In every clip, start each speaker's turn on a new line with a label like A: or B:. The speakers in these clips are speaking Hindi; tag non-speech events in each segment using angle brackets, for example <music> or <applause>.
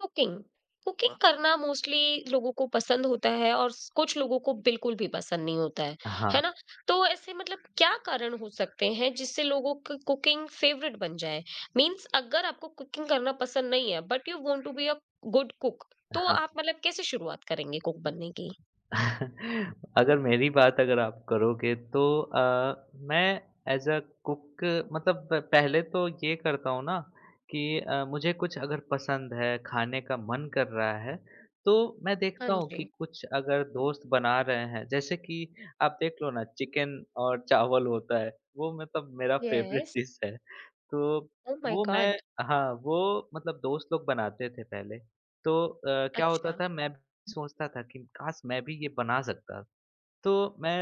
A: कुकिंग कुकिंग वाह! करना मोस्टली लोगों को पसंद होता है और स कुछ लोगों को बिल्कुल भी पसंद नहीं होता
B: हाँ,
A: है ना? तो ऐसे मतलब क्या कारण हो सकते हैं जिससे लोगों की कुकिंग फेवरेट बन जाए? मीन्स अगर आपको कुकिंग करना पसंद नहीं है but you want to be a good cook, तो आप
B: हाँ।
A: मतलब कैसे शुरुआत करेंगे कुक बनने की?
B: <laughs> अगर मेरी बात अगर आप करोगे तो मैं एज़ अ कुक मतलब पहले तो ये करता हूँ ना कि मुझे कुछ अगर पसंद है, खाने का मन कर रहा है, तो मैं
A: हाँ
B: देखता हूँ कि
A: जी।
B: कुछ अगर दोस्त बना रहे हैं, जैसे कि आप देख लो ना चिकन और चावल होता है, वो मतलब मेरा <laughs> फ़ेवरेट
A: यस।
B: डिश है। तो
A: ओह माय
B: वो मैं
A: गॉड!
B: हाँ, वो मतलब दोस्त लोग बनाते थे पहले, तो क्या होता
A: अच्छा।
B: था मैं भी सोचता था कि काश मैं भी ये बना सकता तो मैं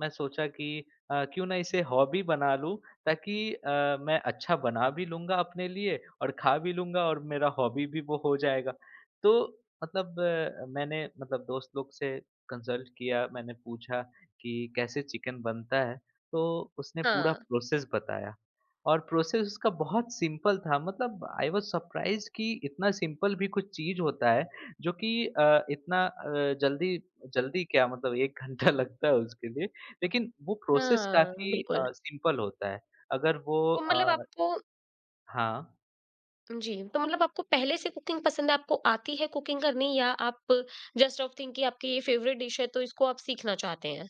B: सोचा कि क्यों ना इसे हॉबी बना लूँ ताकि मैं अच्छा बना भी लूँगा अपने लिए और खा भी लूँगा और मेरा हॉबी भी वो हो जाएगा। तो मतलब मैंने मतलब दोस्त लोग से कंसल्ट किया, मैंने पूछा कि कैसे चिकन बनता है? तो उसने पूरा
A: हाँ।
B: प्रोसेस बताया और प्रोसेस उसका बहुत सिंपल था मतलब आई वाज़ सरप्राइज़्ड कि इतना सिंपल भी कुछ चीज़ होता है जो कि इतना जल्दी जल्दी क्या मतलब 1 घंटा <laughs> लगता है उसके लिए, लेकिन वो प्रोसेस
A: हाँ,
B: काफ़ी
A: बिल्कुल।
B: सिंपल होता है। अगर वो
A: तो मतलब
B: अ,
A: आपको
B: हाँ।
A: जी, तो मतलब आपको पहले से कुकिंग पसंद है, आपको आती है कुकिंग करनी, या आप जस्ट ऑफ थिंक कि आपकी ये फेवरेट डिश है तो इसको आप सीखना चाहते हैं?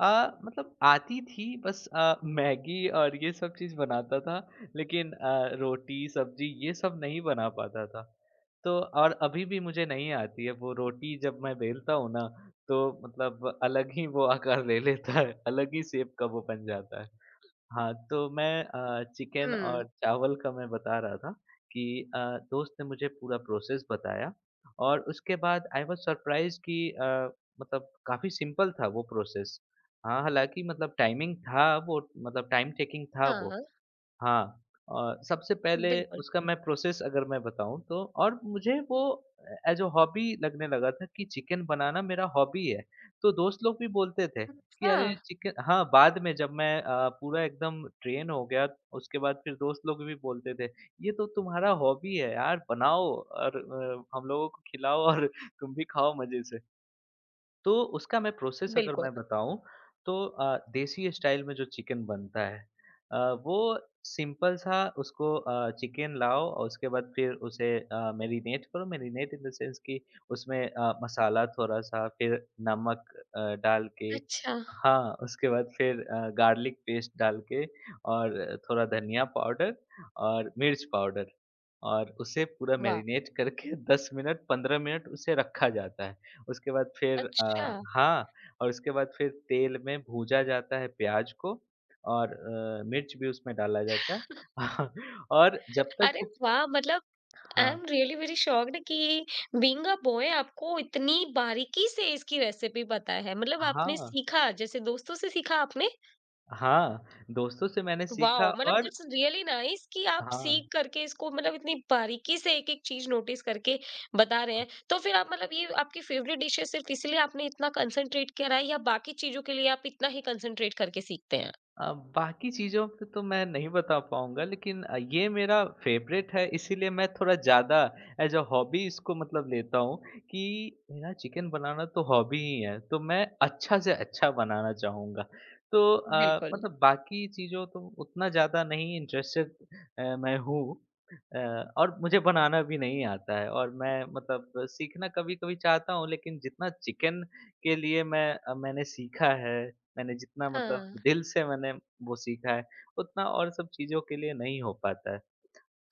B: अ, मतलब आती थी बस मैगी और ये सब चीज़ बनाता था, लेकिन रोटी, सब्ज़ी ये सब नहीं बना पाता था। तो और अभी भी मुझे नहीं आती है, वो रोटी जब मैं बेलता हूँ ना, तो मतलब अलग ही वो आकार ले लेता है, अलग ही शेप का वो बन जाता है। हाँ, तो मैं
A: हुँ।
B: चिकन और चावल का मैं बता रहा था कि अ, दोस्त ने मुझे पूरा प्रोसेस बताया और उसके बाद आई वाज़ सरप्राइज़्ड कि मतलब काफ़ी सिंपल था वो प्रोसेस। हाँ, हालाँकि मतलब टाइमिंग था वो मतलब टाइम टेकिंग था वो।
A: हाँ,
B: हाँ, सबसे पहले
A: बिल्कुल।
B: उसका मैं प्रोसेस अगर मैं बताऊँ तो और मुझे वो एज़ अ हॉबी लगने लगा था कि चिकन बनाना मेरा हॉबी है। तो दोस्त लोग भी बोलते थे कि
A: अच्छा।
B: अरे चिकन हाँ, बाद में जब मैं पूरा एकदम ट्रेन हो गया उसके बाद फिर दोस्त लोग भी बोलते थे, "ये तो तुम्हारा हॉबी है यार, बनाओ और हम लोगों को खिलाओ और <laughs> तुम भी खाओ मज़े से।" तो उसका मैं प्रोसेस अगर
A: बिल्कुल।
B: मैं बताऊँ तो देसी स्टाइल में जो चिकन बनता है अ, वो सिंपल सा उसको चिकन लाओ और उसके बाद फिर उसे मैरिनेट करो मैरिनेट इन द सेंस कि उसमें मसाला थोड़ा सा फिर नमक डाल के
A: अच्छा।
B: हाँ उसके बाद फिर गार्लिक पेस्ट डाल के और थोड़ा धनिया पाउडर और मिर्च पाउडर और उसे पूरा
A: वाह!
B: मैरिनेट करके <laughs> 10 मिनट 15 मिनट उसे रखा जाता है उसके बाद फिर
A: अच्छा।
B: हाँ और उसके बाद फिर तेल में भूजा जाता है प्याज को और मिर्च भी उसमें डाला जाता है। <laughs> और जब तक
A: अरे
B: वो
A: वाह! मतलब आई
B: हाँ,
A: एम रियली वेरी शॉक्ड कि बीइंग अ बॉय आपको इतनी बारीकी से इसकी रेसिपी पता है। मतलब आपने
B: हाँ,
A: सीखा, जैसे दोस्तों से सीखा आपने?
B: हाँ, दोस्तों से मैंने सीखा
A: वाओ! मतलब
B: और
A: दैट्स रियली नाइस कि आप सीख
B: हाँ।
A: करके इसको मतलब इतनी बारीकी से एक-एक चीज़ नोटिस करके बता रहे हैं। तो फिर आप मतलब ये आपकी फेवरेट डिश है सिर्फ़ इसलिए आपने इतना कंसंट्रेट करा है, या बाकी चीज़ों के लिए आप इतना ही कंसंट्रेट करके सीखते हैं?
B: बाकी चीज़ों पे तो मैं नहीं बता पाऊँगा लेकिन ये मेरा फ़ेवरेट है इसीलिए मैं थोड़ा ज़्यादा एज़ अ हॉबी इसको मतलब लेता हूँ कि मेरा चिकन बनाना तो हॉबी ही है, तो मैं अच्छा से अच्छा बनाना चाहूँगा। तो
A: बिल्कुल।
B: मतलब बाकी चीज़ों तो उतना ज़्यादा नहीं इंटरेस्टेड मैं हूँ अ, और मुझे बनाना भी नहीं आता है और मैं मतलब सीखना कभी-कभी चाहता हूँ लेकिन जितना चिकन के लिए मैं मैंने सीखा है मैंने जितना मतलब
A: हाँ,
B: दिल से मैंने वो सीखा है, उतना और सब चीज़ों के लिए नहीं हो पाता है।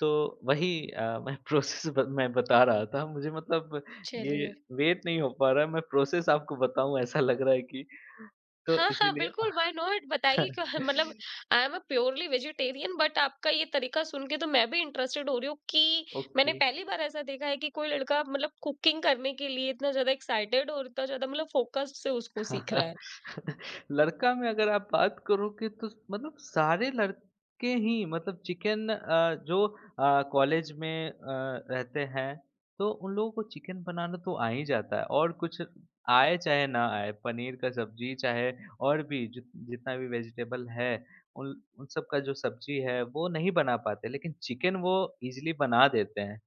B: तो वही मैं <laughs> प्रोसेस ब मैं बता रहा था मुझे मतलब ये
A: चलिए।
B: वेट नहीं हो पा रहा है, मैं प्रोसेस आपको बताऊँ ऐसा लग रहा है कि तो
A: हाँ, हाँ,
B: इसीलिए
A: बिल्कुल व्हाई नॉट बताइए क्यों <laughs> मतलब
B: <laughs>
A: I am a purely vegetarian, but आपका ये तरीका सुन के तो मैं भी इंटरेस्टेड हो रही हूँ कि
B: ओके।
A: मैंने पहली बार ऐसा देखा है कि कोई लड़का मतलब कुकिंग करने के लिए इतना ज़्यादा एक्साइटेड और इतना ज़्यादा मतलब फ़ोकस्ड से उसको सीख रहा है।
B: <laughs> लड़का में अगर आप बात करोगे तो मतलब सारे लड़के ही मतलब चिकन जो कॉलेज में रहते हैं तो उन लोगों को चिकन बनाना तो आ ही जाता है और कुछ आए चाहे ना आए पनीर का सब्जी चाहे और भी जितना भी वेजिटेबल है उन उन सब का जो सब्जी है वो नहीं बना पाते लेकिन चिकन वो इजीली बना देते हैं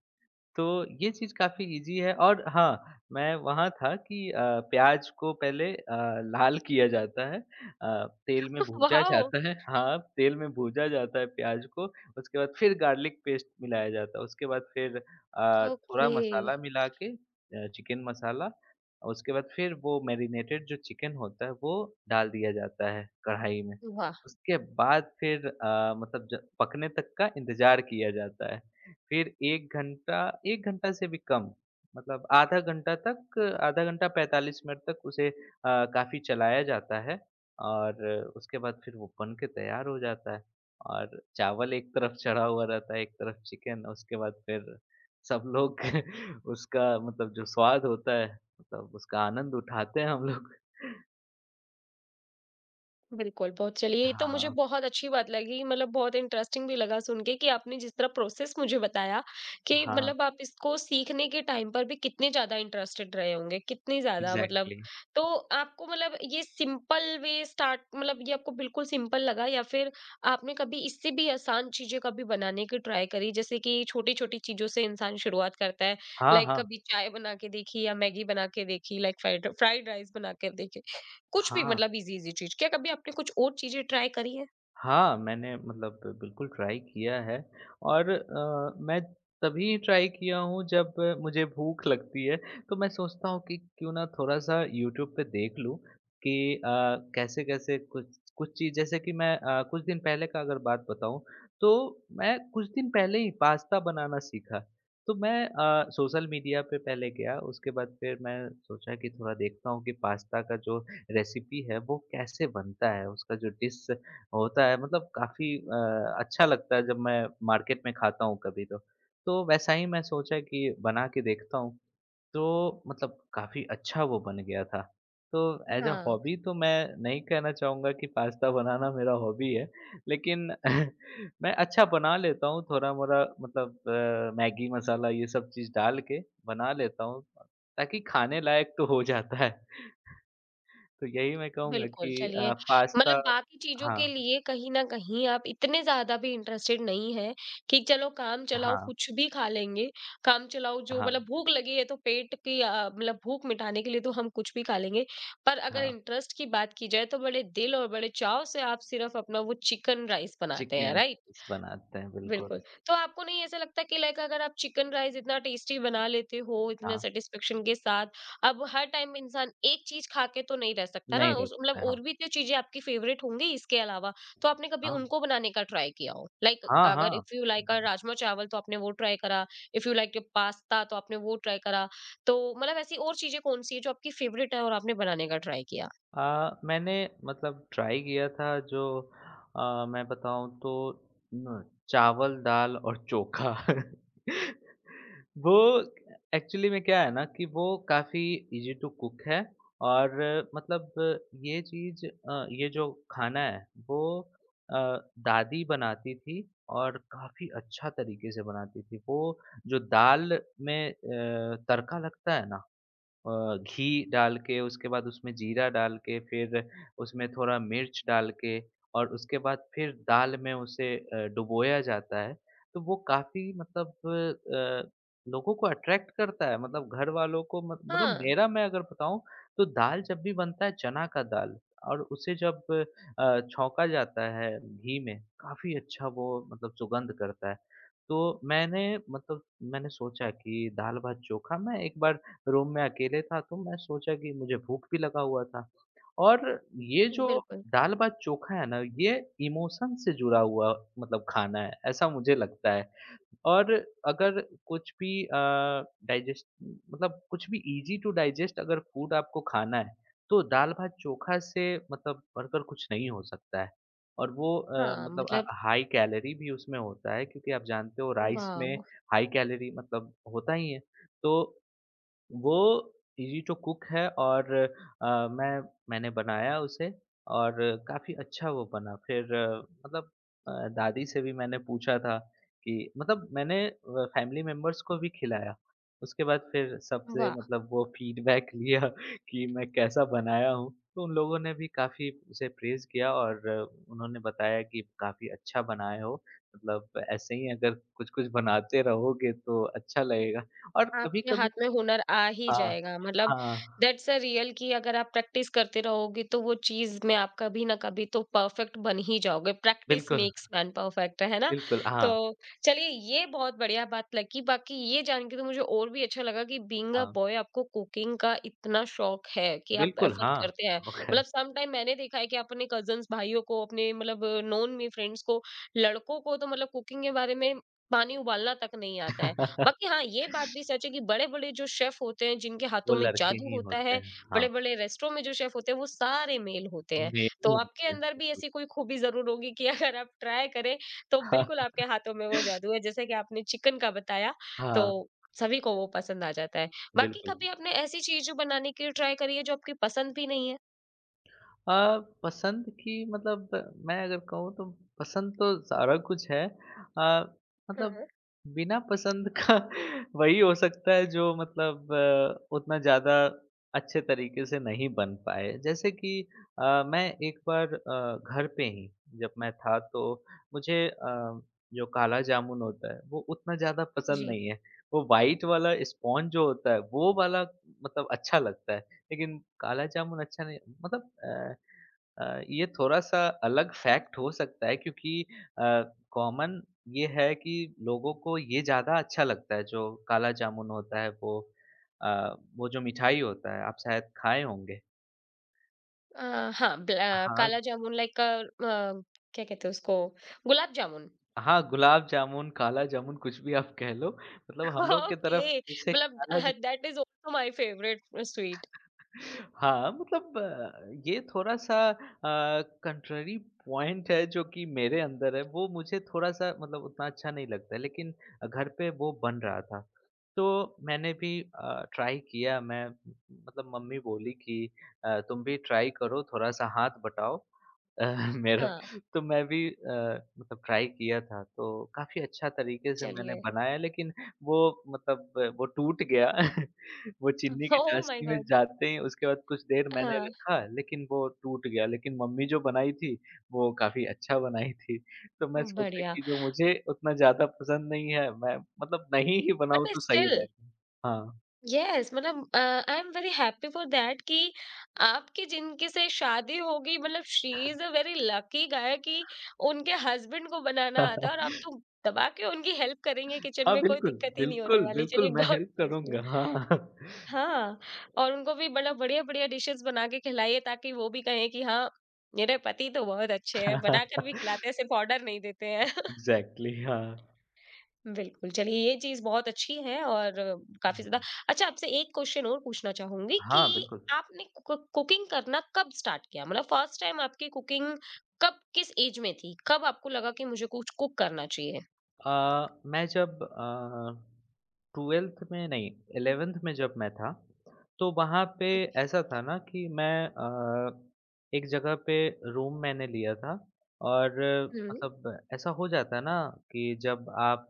B: तो ये चीज़ काफ़ी ईज़ी है और हाँ, मैं वहाँ था कि प्याज़ को पहले लाल किया जाता है तेल में
A: <laughs>
B: भूजा
A: वाओ!
B: जाता है हाँ, तेल में भूजा जाता है प्याज़ को, उसके बाद फिर गार्लिक पेस्ट मिलाया जाता है, उसके बाद फिर थोड़ा
A: ओके।
B: मसाला मिला के चिकन मसाला, उसके बाद फिर वो मैरिनेटेड जो चिकन होता है, वो डाल दिया जाता है कढ़ाई में।
A: वाह!
B: उसके बाद फिर मतलब ज पकने तक का इंतज़ार किया जाता है। फिर 1 घंटा 1 घंटा से भी कम मतलब आधा घंटा तक आधा घंटा 45 मिनट तक उसे काफ़ी चलाया जाता है और उसके बाद फिर वो बन के तैयार हो जाता है और चावल एक तरफ चढ़ा हुआ रहता है, एक तरफ चिकन उसके बाद फिर सब लोग <laughs> उसका मतलब जो स्वाद होता है मतलब उसका आनंद उठाते हैं हम लोग।
A: बिल्कुल, बहुत चलिए ये तो मुझे
B: हाँ,
A: बहुत अच्छी बात लगी मतलब बहुत इंटरेस्टिंग भी लगा सुन के कि आपने जिस तरह प्रोसेस मुझे बताया कि
B: हाँ,
A: मतलब आप इसको सीखने के टाइम पर भी कितने ज़्यादा इंटरेस्टेड रहे होंगे, कितनी ज़्यादा मतलब।
B: एग्ज़ैक्टली
A: तो आपको मतलब ये सिंपल वे स्टार्ट मतलब ये आपको बिल्कुल सिंपल लगा, या फिर आपने कभी इससे भी आसान चीज़ें कभी बनाने की ट्राई करी? जैसे कि छोटी-छोटी चीज़ों से इंसान शुरुआत करता है,
B: हाँ,
A: लाइक
B: हाँ,
A: कभी चाय बना के देखी या मैगी बना के देखी, लाइक फ्राइड फ्राइड राइस बना के देखी। कुछ भी
B: हाँ।
A: मतलब इजी-इजी चीज़। क्या कभी आपने कुछ और चीज़ें ट्राई करी हैं?
B: हाँ, मैंने मतलब बिल्कुल ट्राई किया है और मैं तभी ट्राई किया हूँ जब मुझे भूख लगती है, तो मैं सोचता हूँ कि क्यों ना थोड़ा-सा यूट्यूब पे देख लूँ कि कैसे-कैसे कुछ कुछ चीज़ जैसे कि मैं कुछ दिन पहले का अगर बात बताऊँ, तो मैं कुछ दिन पहले ही पास्ता बनाना सीखा। तो मैं सोशल मीडिया पे पहले गया, उसके बाद फिर मैं सोचा कि थोड़ा देखता हूँ कि पास्ता का जो रेसिपी है, वो कैसे बनता है? उसका जो डिश होता है मतलब काफ़ी अच्छा लगता है जब मैं मार्केट में खाता हूँ कभी तो। तो वैसा ही मैं सोचा कि बना के देखता हूँ, तो मतलब काफ़ी अच्छा वो बन गया था। तो ऐज़ अ
A: हाँ।
B: हॉबी तो मैं नहीं कहना चाहूँगा कि पास्ता बनाना मेरा हॉबी है, लेकिन <laughs> मैं अच्छा बना लेता हूँ थोड़ा-मोड़ा मतलब मैगी मसाला ये सब चीज़ डाल के बना लेता हूँ, ताकि खाने लायक तो हो जाता है। तो यही मैं कहूँगा
A: बिल्कुल,
B: कि
A: चलिए मतलब
B: पास्ता
A: बाकी चीज़ों के
B: हाँ,
A: लिए कहीं न कहीं आप इतने ज़्यादा भी इंटरेस्टेड नहीं हैं कि चलो काम चलाओ
B: हाँ,
A: कुछ भी खा लेंगे, काम चलाओ जो
B: हाँ।
A: मतलब भूख लगी है तो पेट की मतलब भूख मिटाने के लिए तो हम कुछ भी खा लेंगे। पर अगर
B: हाँ,
A: इंटरेस्ट की बात की जाए तो बड़े दिल और बड़े चाव से आप सिर्फ़ अपना वो चिकन राइस बनाते हैं,
B: चिकन
A: राइट?
B: बनाते हैं बिल्कुल।
A: बिल्कुल। तो आपको नहीं ऐसा लगता कि लाइक अगर आप चिकन राइस इतना टेस्टी बना लेते हो, इतने
B: हाँ,
A: सैटिस्फैक्शन के साथ, अब हर टाइम इंसान एक चीज़ खा के तो नहीं रह सकता ना,
B: नहीं
A: उस मतलब
B: रखते हैं।
A: और भी तो चीज़ें आपकी फ़ेवरेट होंगी इसके अलावा, तो आपने कभी
B: हाँ,
A: उनको बनाने का ट्राई किया हो? लाइक
B: हाँ, हाँ,
A: अगर इफ यू लाइक अ
B: हाँ।
A: राजमा-चावल तो आपने वो ट्राई करा, if you like a pasta तो आपने वो ट्राई करा, तो मतलब ऐसी और चीज़ें कौन-सी है जो आपकी फ़ेवरेट है और आपने बनाने का ट्राई किया?
B: मैंने मतलब ट्राई किया था जो मैं बताऊँ तो न चावल, दाल और चोखा। <laughs> वो एक्चुअली में क्या है ना कि वो काफ़ी ईज़ी टू कुक है और मतलब ये चीज़ ये जो खाना है वो अ, दादी बनाती थी और काफ़ी अच्छा तरीके से बनाती थी। वो जो दाल में तड़का लगता है ना घी डाल के उसके बाद उसमें जीरा डाल के फिर उसमें थोड़ा मिर्च डाल के और उसके बाद फिर दाल में उसे डुबोया जाता है। तो वो काफ़ी मतलब लोगों को अट्रैक्ट करता है मतलब घर वालों को मत मतलब
A: हाँ,
B: मेरा मैं अगर बताऊँ तो दाल जब भी बनता है चना का दाल और उसे जब छौंका जाता है घी में काफ़ी अच्छा वो मतलब सुगंध करता है। तो मैंने मतलब मैंने सोचा कि दाल-भात चोखा मैं एक बार रूम में अकेले था तो मैं सोचा कि मुझे भूख भी लगा हुआ था और ये जो
A: बिल्कुल।
B: दाल भात चोखा है ना ये इमोशन से जुड़ा हुआ मतलब खाना है ऐसा मुझे लगता है और अगर कुछ भी डाइजेस्ट मतलब कुछ भी इजी टू डाइजेस्ट अगर फूड आपको खाना है तो दाल भात चोखा से मतलब बढ़कर कुछ नहीं हो सकता है और वो
A: हाँ,
B: मतलब
A: मतलब
B: हाई कैलोरी भी उसमें होता है क्योंकि आप जानते हो राइस में
A: वाह!
B: हाई कैलोरी मतलब होता ही है तो वो ये जो कुक है और मैं मैंने बनाया उसे और काफ़ी अच्छा वो बना। फिर मतलब दादी से भी मैंने पूछा था कि मतलब मैंने फैमिली मेंबर्स को भी खिलाया। उसके बाद फिर सबसे
A: वाह!
B: मतलब वो फीडबैक <laughs> लिया कि मैं कैसा बनाया हूँ। तो उन लोगों ने भी काफ़ी उसे प्रेज़ किया और उन्होंने बताया कि काफ़ी अच्छा बनाए हो। मतलब ऐसे ही अगर कुछ-कुछ बनाते रहोगे तो अच्छा लगेगा और
A: आपके
B: कभी-कभी
A: हाथ में हुनर आ ही
B: हाँ।
A: जाएगा मतलब
B: हाँ,
A: दैट्स अ रियल कि अगर आप प्रैक्टिस करते रहोगे तो वो चीज में आप कभी ना कभी तो परफेक्ट बन ही जाओगे। प्रैक्टिस
B: बिल्कुल,
A: मेक्स मैन परफेक्ट, है ना?
B: बिल्कुल,
A: तो
B: हाँ,
A: चलिए ये बहुत बढ़िया बात लगी, बाकी ये जान के तो मुझे और भी अच्छा लगा कि बीइंग अ
B: हाँ,
A: बॉय आपको कुकिंग का इतना शौक है कि आप
B: बिल्कुल,
A: एफर्ट
B: हाँ,
A: करते हैं।
B: ओके।
A: मतलब सम टाइम मैंने देखा है कि आप अपने कजन्स भाइयों को, अपने मतलब नोन में फ्रेंड्स को, लड़कों को तो मतलब कुकिंग के बारे में पानी उबालना तक नहीं आता है। बाकी
B: <laughs>
A: हाँ, ये बात भी सच है कि बड़े-बड़े जो शेफ होते हैं, जिनके
B: वो
A: हाथों में
B: लड़के
A: जादू
B: ही
A: होता
B: होते
A: है,
B: हैं, हाँ,
A: बड़े-बड़े रेस्टोरेंट में जो शेफ होते हैं, वो सारे मेल होते हैं।
B: मेल ही
A: तो आपके
B: होते हैं,
A: अंदर भी
B: बिल्कुल।
A: ऐसी कोई खूबी ज़रूर होगी कि अगर आप ट्राई करें, तो
B: <laughs>
A: बिल्कुल
B: हाँ,
A: आपके हाथों में वो जादू है। जैसे कि आपने चिकन का बताया,
B: हाँ,
A: तो सभी को वो पसंद आ जाता है। बाकी
B: बिल्कुल।
A: कभी आपने ऐसी चीज़ बनाने की ट्राई करी है, जो आपकी पसंद भी नहीं है?
B: पसंद की मतलब मैं अगर कहूँ तो पसंद तो सारा कुछ है। मतलब
A: हाँ।
B: बिना पसंद का <laughs> वही हो सकता है जो मतलब उतना ज़्यादा अच्छे तरीके से नहीं बन पाए। जैसे कि मैं एक बार घर पे ही जब मैं था तो मुझे जो काला जामुन होता है वो उतना ज़्यादा पसंद
A: जी।
B: नहीं है। वो व्हाइट वाला स्पॉन्ज जो होता है वो वाला मतलब अच्छा लगता है। लेकिन काला जामुन अच्छा नहीं मतलब ये थोड़ा-सा अलग फैक्ट हो सकता है क्योंकि अ, कॉमन ये है कि लोगों को ये ज़्यादा अच्छा लगता है जो काला जामुन होता है वो अ, वो जो मिठाई होता है आप शायद खाए होंगे।
A: अ, हाँ, ब्ल आ,
B: हाँ,
A: काला जामुन लाइक अ, क्या कहते हैं उसको? गुलाब जामुन।
B: हाँ गुलाब जामुन, काला जामुन कुछ भी आप कह लो मतलब हम लोग की तरफ
A: ओके
B: उसे
A: मतलब
B: काला ज
A: that is also my favourite sweet.
B: हाँ, मतलब ये थोड़ा-सा कंट्ररी पॉइंट है जो कि मेरे अंदर है, वो मुझे थोड़ा-सा मतलब उतना अच्छा नहीं लगता है, लेकिन घर पे वो बन रहा था। तो मैंने भी ट्राई किया मैं मतलब मम्मी बोली कि "तुम भी ट्राई करो, थोड़ा-सा हाथ बटाओ अ, <laughs> मेरा।"
A: हाँ।
B: तो मैं भी मतलब ट्राई किया था, तो काफ़ी अच्छा तरीके से मैंने
A: चलिए।
B: बनाया, लेकिन वो मतलब वो टूट गया। <laughs> वो चीनी की
A: ओह माय
B: चाशनी में
A: गॉड।
B: जाते ही उसके बाद कुछ देर मैंने
A: हाँ।
B: रखा, लेकिन वो टूट गया, लेकिन मम्मी जो बनाई थी, वो काफ़ी अच्छा बनाई थी। तो मैं सोचा
A: बढ़िया।
B: कि जो मुझे उतना ज़्यादा पसंद नहीं है, मैं मतलब नहीं ही बनाऊँ
A: बट
B: तो सही
A: स्टिल
B: रहेगा। हाँ।
A: यस मतलब I am very happy for that कि आपकी जिनके से शादी होगी मतलब she is a very lucky guy कि उनके हस्बैंड को बनाना आता है, और आप तो
B: <laughs>
A: दबा के उनकी हेल्प करेंगे, किचन
B: हाँ,
A: में कोई
B: बिल्कुल,
A: दिक्कत ही नहीं होने
B: बिल्कुल,
A: वाली।
B: बिल्कुल,
A: चलिए,
B: मैं
A: गॉड
B: हेल्प
A: ब्लेस।
B: करूँगा, हाँ।
A: हाँ, और उनको भी बड़ा बढ़िया-बढ़िया डिशेज़ बना के खिलाइए ताकि वो भी कहें कि हाँ, मेरे पति तो बहुत अच्छे हैं, बनाकर भी खिलाते
B: <laughs>
A: हैं, सिर्फ़ ऑर्डर नहीं देते हैं। <laughs>
B: एग्ज़ैक्टली, हाँ।
A: बिल्कुल, चलिए ये चीज़ बहुत अच्छी है और काफ़ी ज़्यादा
B: हाँ,
A: अच्छा। आपसे एक क्वेश्चन और पूछना चाहूँगी कि
B: हाँ, बिल्कुल।
A: आपने कु कुकिंग करना कब स्टार्ट किया? मतलब फर्स्ट टाइम आपकी कुकिंग कब, किस एज में थी? कब आपको लगा कि मुझे कुछ कुक करना चाहिए?
B: मैं जब 12th में नहीं 11th में जब मैं था, तो वहाँ पे ऐसा था ना कि मैं एक जगह पे रूम मैंने लिया था और
A: हुँ।
B: मतलब ऐसा हो जाता है ना कि जब आप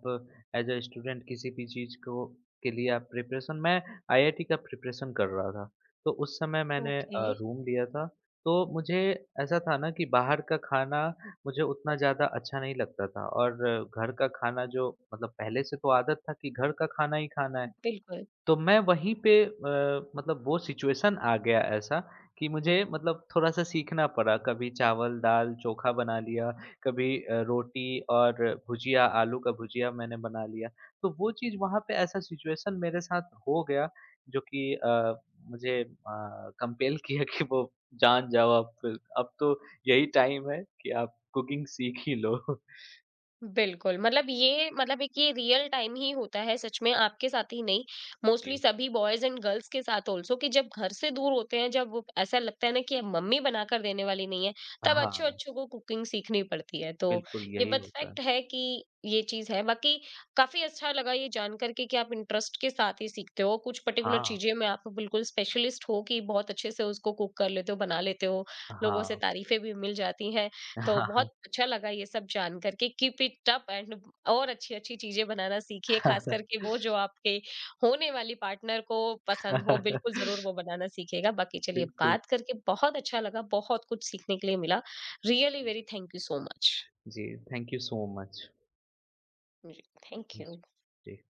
B: एज़ अ स्टूडेंट किसी भी चीज़ को के लिए आप प्रिपरेशन मैं आईआईटी का प्रिपरेशन कर रहा था, तो उस समय मैंने
A: ओके।
B: रूम लिया था। तो मुझे ऐसा था ना कि बाहर का खाना मुझे उतना ज़्यादा अच्छा नहीं लगता था और घर का खाना जो मतलब पहले से तो आदत था कि घर का खाना ही खाना है।
A: बिल्कुल।
B: तो मैं वहीं पे मतलब वो सिचुएशन आ गया ऐसा कि मुझे मतलब थोड़ा-सा सीखना पड़ा। कभी चावल-दाल चोखा बना लिया, कभी रोटी और भुजिया, आलू का भुजिया मैंने बना लिया। तो वो चीज़ वहाँ पे ऐसा सिचुएशन मेरे साथ हो गया जो कि मुझे कंपेल किया कि वो जान जाओ अब तो यही टाइम है कि आप कुकिंग सीख ही लो। <laughs>
A: बिल्कुल, मतलब ये मतलब एक ये रियल टाइम ही होता है सच में, आपके साथ ही नहीं, मोस्टली
B: जी।
A: सभी बॉयज़ एंड गर्ल्स के साथ ऑल्सो कि जब घर से दूर होते हैं, जब वो ऐसा लगता है ना कि अब मम्मी बनाकर देने वाली नहीं है, तब
B: हाँ,
A: अच्छों-अच्छों को कुकिंग सीखनी पड़ती है। तो
B: बिल्कुल
A: ये
B: यही
A: बात
B: होता है।
A: फैक्ट है कि ये चीज़ है। बाकी काफ़ी अच्छा लगा ये जानकर के कि आप इंटरेस्ट के साथ ही सीखते हो, कुछ पर्टिकुलर
B: हाँ,
A: चीज़ें में आप बिल्कुल स्पेशलिस्ट हो कि बहुत अच्छे से उसको कुक कर लेते हो, बना लेते हो, लोगों से
B: हाँ।
A: तारीफ़ें भी मिल जाती हैं। तो बहुत
B: <laughs>
A: अच्छा लगा ये सब जान करके। कीप इट अप एंड और अच्छी-अच्छी चीज़ें बनाना सीखिए, खास
B: हाँ
A: करके वो जो आपके होने वाली पार्टनर को पसंद हो, बिल्कुल
B: <laughs>
A: ज़रूर वो बनाना सीखेगा। बाकी चलिए,
B: बिल्कुल,
A: बात करके बहुत अच्छा लगा, बहुत कुछ सीखने के लिए मिला। Really very thank you so much.
B: जी, थैंक यू सो मच।
A: जी, थैंक यू।
B: जी।